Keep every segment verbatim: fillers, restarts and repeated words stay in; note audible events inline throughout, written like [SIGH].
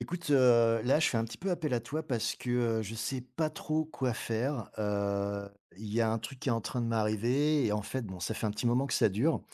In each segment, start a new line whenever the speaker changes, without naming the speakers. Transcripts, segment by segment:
Écoute, heu, là, je fais un petit peu appel à toi parce que, heu, je sais pas trop quoi faire. Heu, il y a un truc qui est en train de m'arriver et en fait, bon, ça fait un petit moment que ça dure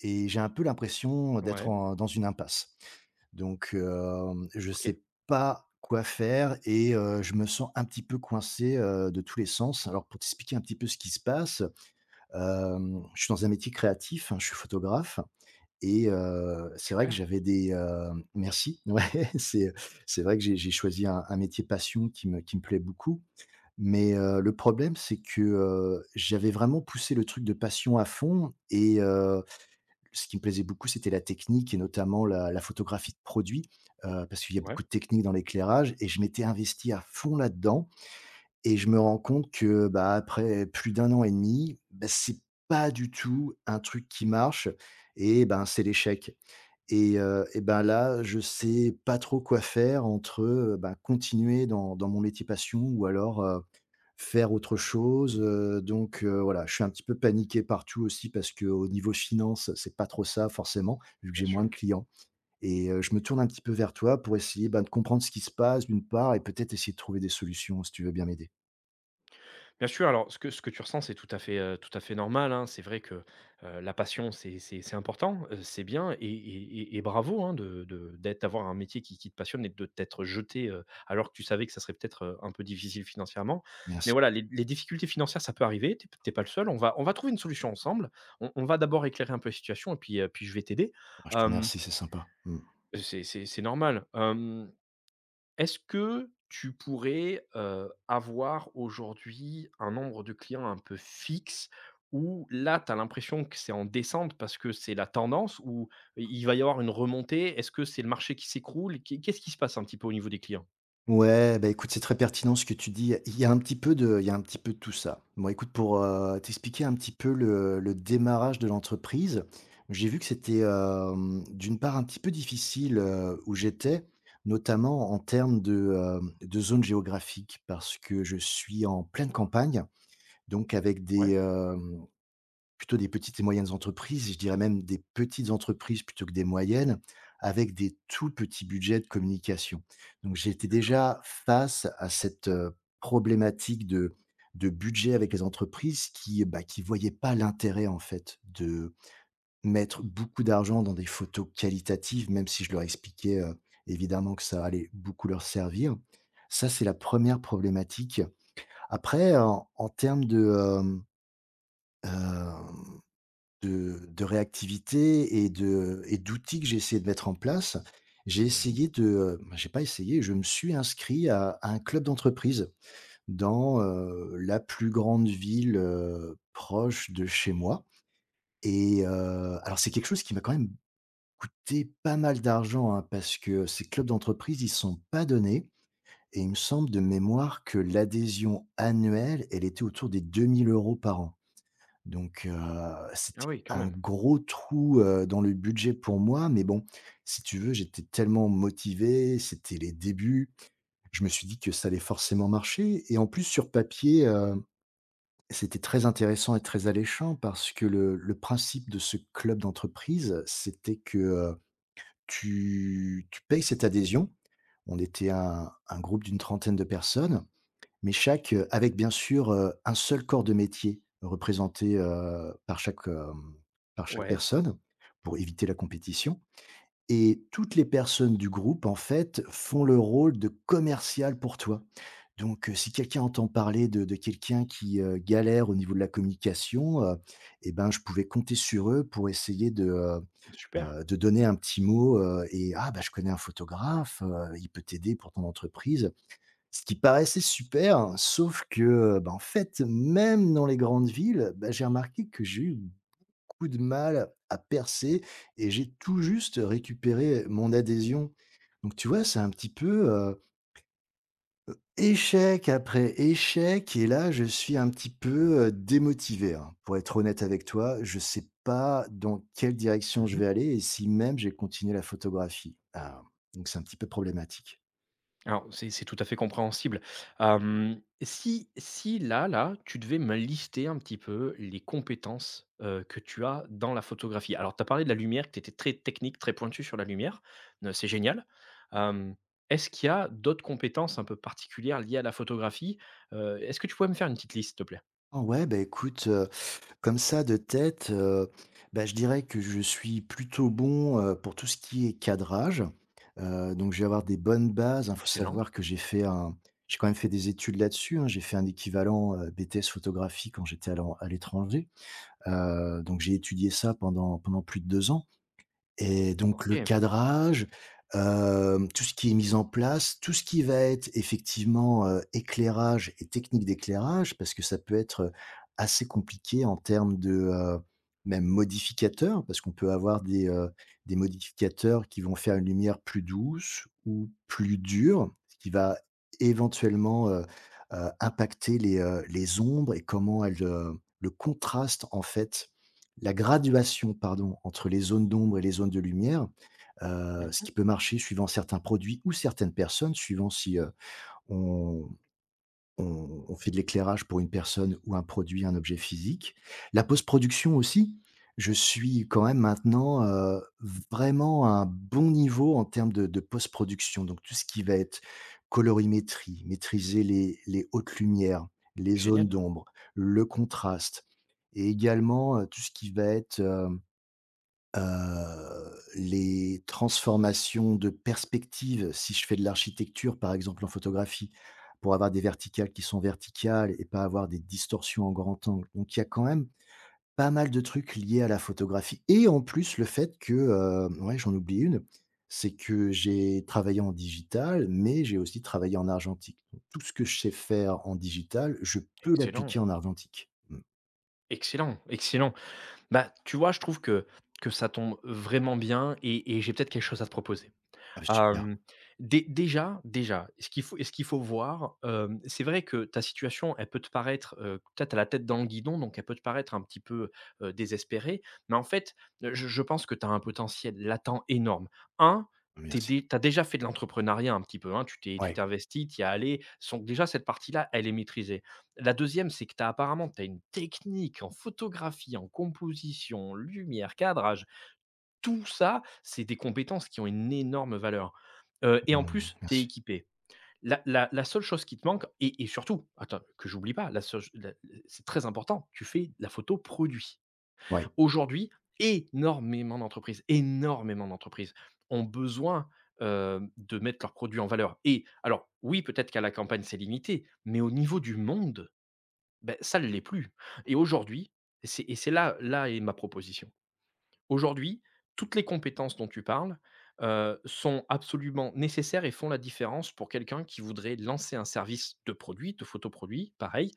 et j'ai un peu l'impression d'être
Ouais,
en dans une impasse. Donc, hem, je
OK,
sais pas quoi faire et heu, je me sens un petit peu coincé, heu, de tous les sens. Alors pour t'expliquer un petit peu ce qui se passe, hem, je suis dans un métier créatif, hein, je suis photographe et heu, c'est vrai que
super.
j'avais des, hem merci, [LAUGHS] ouais, c'est c'est vrai que j'ai j'ai choisi un un métier passion qui me qui me plaît beaucoup, mais heu, le problème, c'est que, heu, j'avais vraiment poussé le truc de passion à fond et heu, ce qui me plaisait beaucoup, c'était la technique et notamment la la photographie de produits, heu, parce qu'il y a beaucoup
Ouais,
de techniques dans l'éclairage et je m'étais investi à fond là-dedans et je me rends compte que, bah, après plus d'un an et demi, bah, c'est pas du tout un truc qui marche et ben, c'est l'échec. Et heu et ben, là, je sais pas trop quoi faire entre, heu, bah, continuer dans dans mon métier passion ou alors, heu, faire autre chose, heu, donc heu, voilà, je suis un petit peu paniqué partout aussi parce que au niveau finance, c'est pas trop ça forcément, vu que
bien
j'ai
sûr.
moins de clients et heu, je me tourne un petit peu vers toi pour essayer, ben, de comprendre ce qui se passe d'une part et peut-être essayer de trouver des solutions si tu veux bien m'aider.
Bien sûr, alors ce que ce que tu ressens, c'est tout à fait, heu, tout à fait normal, hein. C'est vrai que, heu, la passion, c'est c'est c'est important, heu, c'est bien et et et et bravo, hein, de de d'être d'avoir un métier qui qui te passionne et de t'être jeté, heu, alors que tu savais que ça serait peut-être, heu, un peu difficile financièrement. Mais
Merci.
voilà, les les difficultés financières, ça peut arriver. T'es es pas le seul. On va on va trouver une solution ensemble. On on va d'abord éclairer un peu la situation et puis, heu, puis je vais t'aider.
Ah, je te
Hem,
remercie, c'est sympa. Mmh.
c'est c'est c'est normal. Hem Est-ce que tu pourrais, heu, avoir aujourd'hui un nombre de clients un peu fixe où là, tu as l'impression que c'est en descente parce que c'est la tendance ou il il va y avoir une remontée? Est-ce que c'est le marché qui s'écroule? Qu'est qu'est-ce qui se passe un petit peu au niveau des clients?
Ouais, bah, écoute, c'est très pertinent ce que tu dis. Il y a un petit peu de il y a un petit peu de tout ça. Bon, écoute, pour, heu, t'expliquer un petit peu le le démarrage de l'entreprise, j'ai vu que c'était, hem, d'une part un petit peu difficile, heu, où j'étais, notamment en termes de, hem, de zone géographique parce que je suis en pleine campagne, donc avec
Ouais,
des, euh, plutôt des petites et moyennes entreprises, je dirais même des petites entreprises plutôt que des moyennes, avec des tout petits budgets de communication. Donc j'étais
d'accord.
déjà face à cette, heu, problématique de de budget avec les entreprises qui, bah, qui voyaient pas l'intérêt en fait de mettre beaucoup d'argent dans des photos qualitatives, même si je leur expliquais, heu, évidemment que ça allait beaucoup leur servir. Ça, c'est la première problématique. Après en en termes de, hem, hem de de réactivité et de et d'outils que j'ai essayé de mettre en place. J'ai
Oui.
essayé de, heu, bah, j'ai pas essayé, je me suis inscrit à à un club d'entreprise dans, heu, la plus grande ville, heu, proche de chez moi et heu, alors c'est quelque chose qui m'a quand même coûté pas mal d'argent, hein, parce que ces clubs d'entreprise, ils sont pas donnés et il me semble de mémoire que l'adhésion annuelle, elle était autour des deux mille euros par an. Donc heu,
Ah
c'était
oui, quand
un
même.
gros trou, heu, dans le budget pour moi, mais bon, si tu veux, j'étais tellement motivé, c'était les débuts. Je me suis dit que ça allait forcément marcher et en plus sur papier, heu, c'était très intéressant et très alléchant parce que le le principe de ce club d'entreprise, c'était que, heu, tu tu payes cette adhésion. On était un un groupe d'une trentaine de personnes mais chaque heu, avec bien sûr, heu, un seul corps de métier représenté, heu, par chaque, hem, par chaque
Ouais,
personne pour éviter la compétition et toutes les personnes du groupe, en fait, font le rôle de commercial pour toi. Donc heu, si quelqu'un entend parler de de quelqu'un qui, heu, galère au niveau de la communication, heu et ben, je pouvais compter sur eux pour essayer de, heu
super.
heu, de donner un petit mot, heu et: «Ah bah, je connais un photographe, heu, il peut t'aider pour ton entreprise». Ce qui paraissait super, hein, sauf que, heu, bah, en fait, même dans les grandes villes, bah, j'ai remarqué que j'ai eu beaucoup de mal à percer et j'ai tout juste récupéré mon adhésion. Donc tu vois, c'est un petit peu, heu, échec après échec et là, je suis un petit peu, heu, démotivé, hein. Pour être honnête avec toi, je sais pas dans quelle direction je vais aller et si même j'ai continué la photographie. Ah, donc c'est un petit peu problématique.
Alors, c'est c'est tout à fait compréhensible. Hem, si si là là, tu devais me lister un petit peu les compétences, heu, que tu as dans la photographie. Alors, tu as parlé de la lumière, que tu étais très technique, très pointu sur la lumière, heu, c'est génial. Hem, est-ce qu'il y a d'autres compétences un peu particulières liées à la photographie? Heu, est-ce que tu pourrais me faire une petite liste, s'il te plaît?
Oh ouais, bah, écoute, comme ça de tête, heu, bah, je dirais que je suis plutôt bon, heu, pour tout ce qui est cadrage. Heu, donc je vais avoir des bonnes bases, il faut
Excellent.
savoir que j'ai fait un j'ai quand même fait des études là-dessus, hein. J'ai fait un équivalent, heu, B T S photographie quand j'étais à l'en à l'étranger. Heu, donc j'ai étudié ça pendant pendant plus de deux ans. Et donc le
OK.
cadrage, hem, tout ce qui est mis en place, tout ce qui va être effectivement, heu, éclairage et technique d'éclairage, parce que ça peut être, euh, assez compliqué en termes de, heu, même modificateurs, parce qu'on peut avoir des, heu, des modificateurs qui vont faire une lumière plus douce ou plus dure, ce qui va éventuellement, heu heu, impacter les, heu, les ombres et comment elles, heu, le contraste en fait la graduation, pardon, entre les zones d'ombre et les zones de lumière, heu, ce
Mmh.
qui peut marcher suivant certains produits ou certaines personnes, suivant si, heu, on on on fait de l'éclairage pour une personne ou un produit, un objet physique. La post-production aussi, je suis quand même maintenant, heu, vraiment à un bon niveau en termes de de post-production, donc tout ce qui va être colorimétrie, maîtriser les les hautes lumières, les zones
Génial.
d'ombre, le contraste et également, heu, tout ce qui va être, euh, Heu, les transformations de perspective. Si je fais de l'architecture, par exemple en photographie, pour avoir des verticales qui sont verticales et pas avoir des distorsions en grand angle. Donc il y a quand même pas mal de trucs liés à la photographie et en plus le fait que, heu, ouais, j'en oublie une, c'est que j'ai travaillé en digital, mais j'ai aussi travaillé en argentique. Donc tout ce que je sais faire en digital, je peux
Excellent.
l'appliquer en argentique. Mmh.
Excellent, excellent. Bah, tu vois, je trouve que que ça tombe vraiment bien et et j'ai peut-être quelque chose à te proposer.
Ah super,
Hem, dé déjà déjà, ce qu'il faut ce qu'il faut voir, hem, c'est vrai que ta situation, elle peut te paraître, heu, toi, tu la tête dans le guidon, donc elle peut te paraître un petit peu, heu, désespérée, mais en fait, heu, je je pense que tu as un potentiel latent énorme. Un,
merci.
tu as déjà fait de l'entrepreneuriat un petit peu, hein, tu t'es tu
Ouais,
t'es investie, tu y as allé. Son déjà cette partie-là, elle est maîtrisée. La deuxième, c'est que tu as apparemment tu as une technique en photographie, en composition, lumière, cadrage, tout ça, c'est des compétences qui ont une énorme valeur, heu et en
mmh,
plus, tu es
merci.
équipé. La la la seule chose qui te manque et et surtout, attends, que j'oublie pas, la seule la, c'est très important, tu fais la photo produit.
Ouais.
Aujourd'hui, énormément d'entreprises énormément d'entreprises ont besoin, heu, de mettre leurs produits en valeur et alors oui, peut-être qu'à la campagne, c'est limité, mais au niveau du monde, beh, ça ne l'est plus et aujourd'hui et c'est et c'est là là est ma proposition. Aujourd'hui, toutes les compétences dont tu parles, heu, sont absolument nécessaires et font la différence pour quelqu'un qui voudrait lancer un service de produit, de photoproduit, pareil.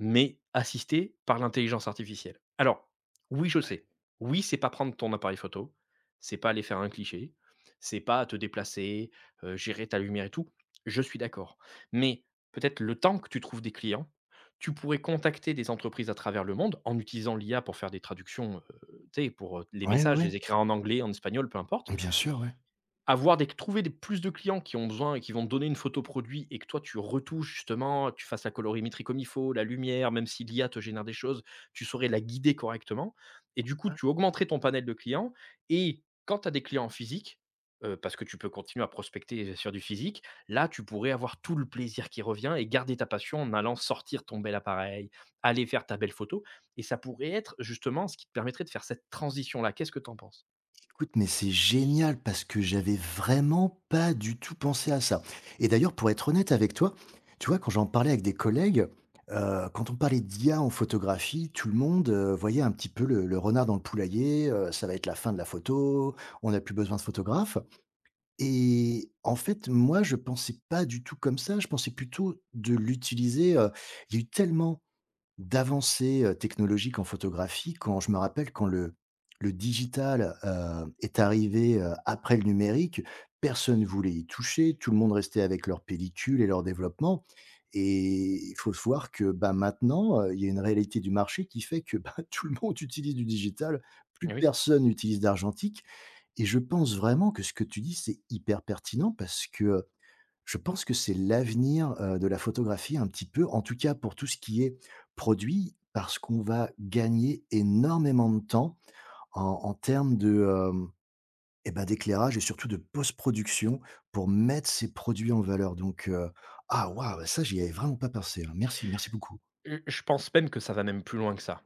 Mais assisté par l'intelligence artificielle. Alors, oui, je sais. Oui, c'est pas prendre ton appareil photo, c'est pas aller faire un cliché, c'est pas te déplacer, heu, gérer ta lumière et tout. Je suis d'accord. Mais peut-être le temps que tu trouves des clients, tu pourrais contacter des entreprises à travers le monde en utilisant l'I A pour faire des traductions, heu, tu sais, pour, heu, les
Ouais,
messages,
ouais.
les écrire en anglais, en espagnol, peu importe.
Bien sûr, ouais.
Avoir des trouver des plus de clients qui ont besoin et qui vont te donner une photo produit et que toi tu retouches justement, que tu fasses la colorimétrie comme il faut, la lumière, même si l'I A te génère des choses, tu saurais la guider correctement et du coup tu augmenterais ton panel de clients et quand tu as des clients en physique, heu, parce que tu peux continuer à prospecter sur du physique, là tu pourrais avoir tout le plaisir qui revient et garder ta passion en allant sortir ton bel appareil, aller faire ta belle photo et ça pourrait être justement ce qui te permettrait de faire cette transition là. Qu'est-ce que tu en penses?
Écoute, mais c'est génial parce que j'avais vraiment pas du tout pensé à ça. Et d'ailleurs, pour être honnête avec toi, tu vois, quand j'en parlais avec des collègues, heu, quand on parlait d'I A en photographie, tout le monde, heu, voyait un petit peu le le renard dans le poulailler, heu, ça va être la fin de la photo, on n'a plus besoin de photographe. Et en fait, moi, je pensais pas du tout comme ça, je pensais plutôt de l'utiliser, heu, il y a eu tellement d'avancées, heu, technologiques en photographie quand je me rappelle quand le le digital, heu, est arrivé, heu, après le numérique, personne ne voulait y toucher, tout le monde restait avec leurs pellicules et leur développement et il faut se voir que, bah, maintenant, heu, il y a une réalité du marché qui fait que, bah, [LAUGHS] tout le monde utilise du digital, plus
Eh oui.
personne n'utilise d'argentique et je pense vraiment que ce que tu dis, c'est hyper pertinent parce que, je pense que c'est l'avenir, heu, de la photographie un petit peu, en tout cas pour tout ce qui est produit, parce qu'on va gagner énormément de temps en en termes de, hem, et ben d'éclairage et surtout de post-production pour mettre ces produits en valeur donc heu, ah waouh, bah, ça j'y avais vraiment pas pensé, hein. Merci, merci beaucoup.
Heu, je pense même que ça va même plus loin que ça.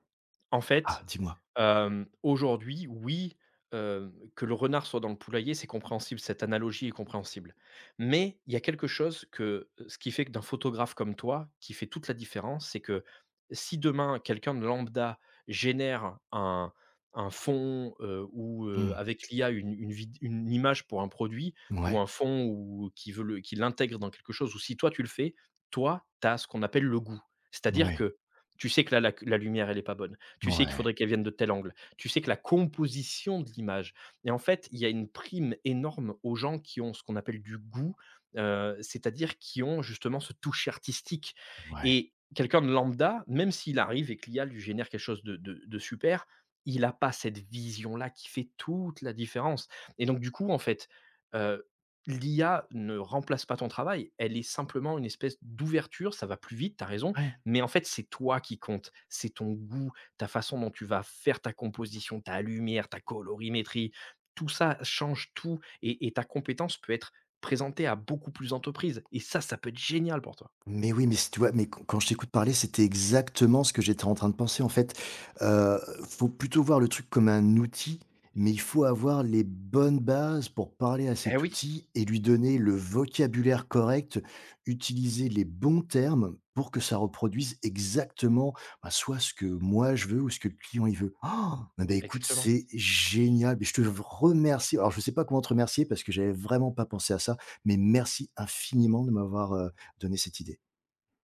En
Ah
fait,
dis-moi?
Hem, aujourd'hui, oui, heu, que le renard soit dans le poulailler, c'est compréhensible, cette analogie est compréhensible. Mais il y a quelque chose que ce qui fait que d'un photographe comme toi, qui fait toute la différence, c'est que si demain quelqu'un de lambda génère un un fond, heu, ou heu,
Mmh.
avec l'I A une une vid une image pour un produit ou
Ouais.
un fond ou qui veut le qui l'intègre dans quelque chose ou si toi tu le fais, toi, tu as ce qu'on appelle le goût. C'est-à-dire
Ouais.
que tu sais que là la la lumière elle est pas bonne. Tu sais qu'il
Ouais.
faudrait qu'elle vienne de tel angle. Tu sais que la composition de l'image, et en fait, il y a une prime énorme aux gens qui ont ce qu'on appelle du goût, heu, c'est-à-dire qui ont justement ce toucher artistique
Ouais.
et quelqu'un de lambda, même s'il arrive et que l'I A lui génère quelque chose de de de super, il n'a pas cette vision-là qui fait toute la différence et donc du coup, en fait, heu, l'I A ne remplace pas ton travail, elle est simplement une espèce d'ouverture, ça va plus vite, tu as raison,
Ouais.
mais en fait, c'est toi qui compte, c'est ton goût, ta façon dont tu vas faire ta composition, ta lumière, ta colorimétrie, tout ça change tout et et ta compétence peut être présentée à beaucoup plus d'entreprises et ça, ça peut être génial pour toi.
Mais oui, mais si tu vois, mais quand quand je t'écoute parler, c'était exactement ce que j'étais en train de penser en fait. Heu, Faut plutôt voir le truc comme un outil, mais il faut avoir les bonnes bases pour parler à
Eh
cet
oui,
outil et lui donner le vocabulaire correct, utiliser les bons termes pour que ça reproduise exactement, bah, soit ce que moi je veux ou ce que le client il veut. Ah bah, écoute,
exactement.
c'est génial, mais je te remercie. Alors je ne sais pas comment te remercier parce que j'avais vraiment pas pensé à ça, mais merci infiniment de m'avoir, heu, donné cette idée.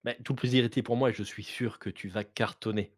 Mais tout le plaisir était pour moi et je suis sûr que tu vas cartonner.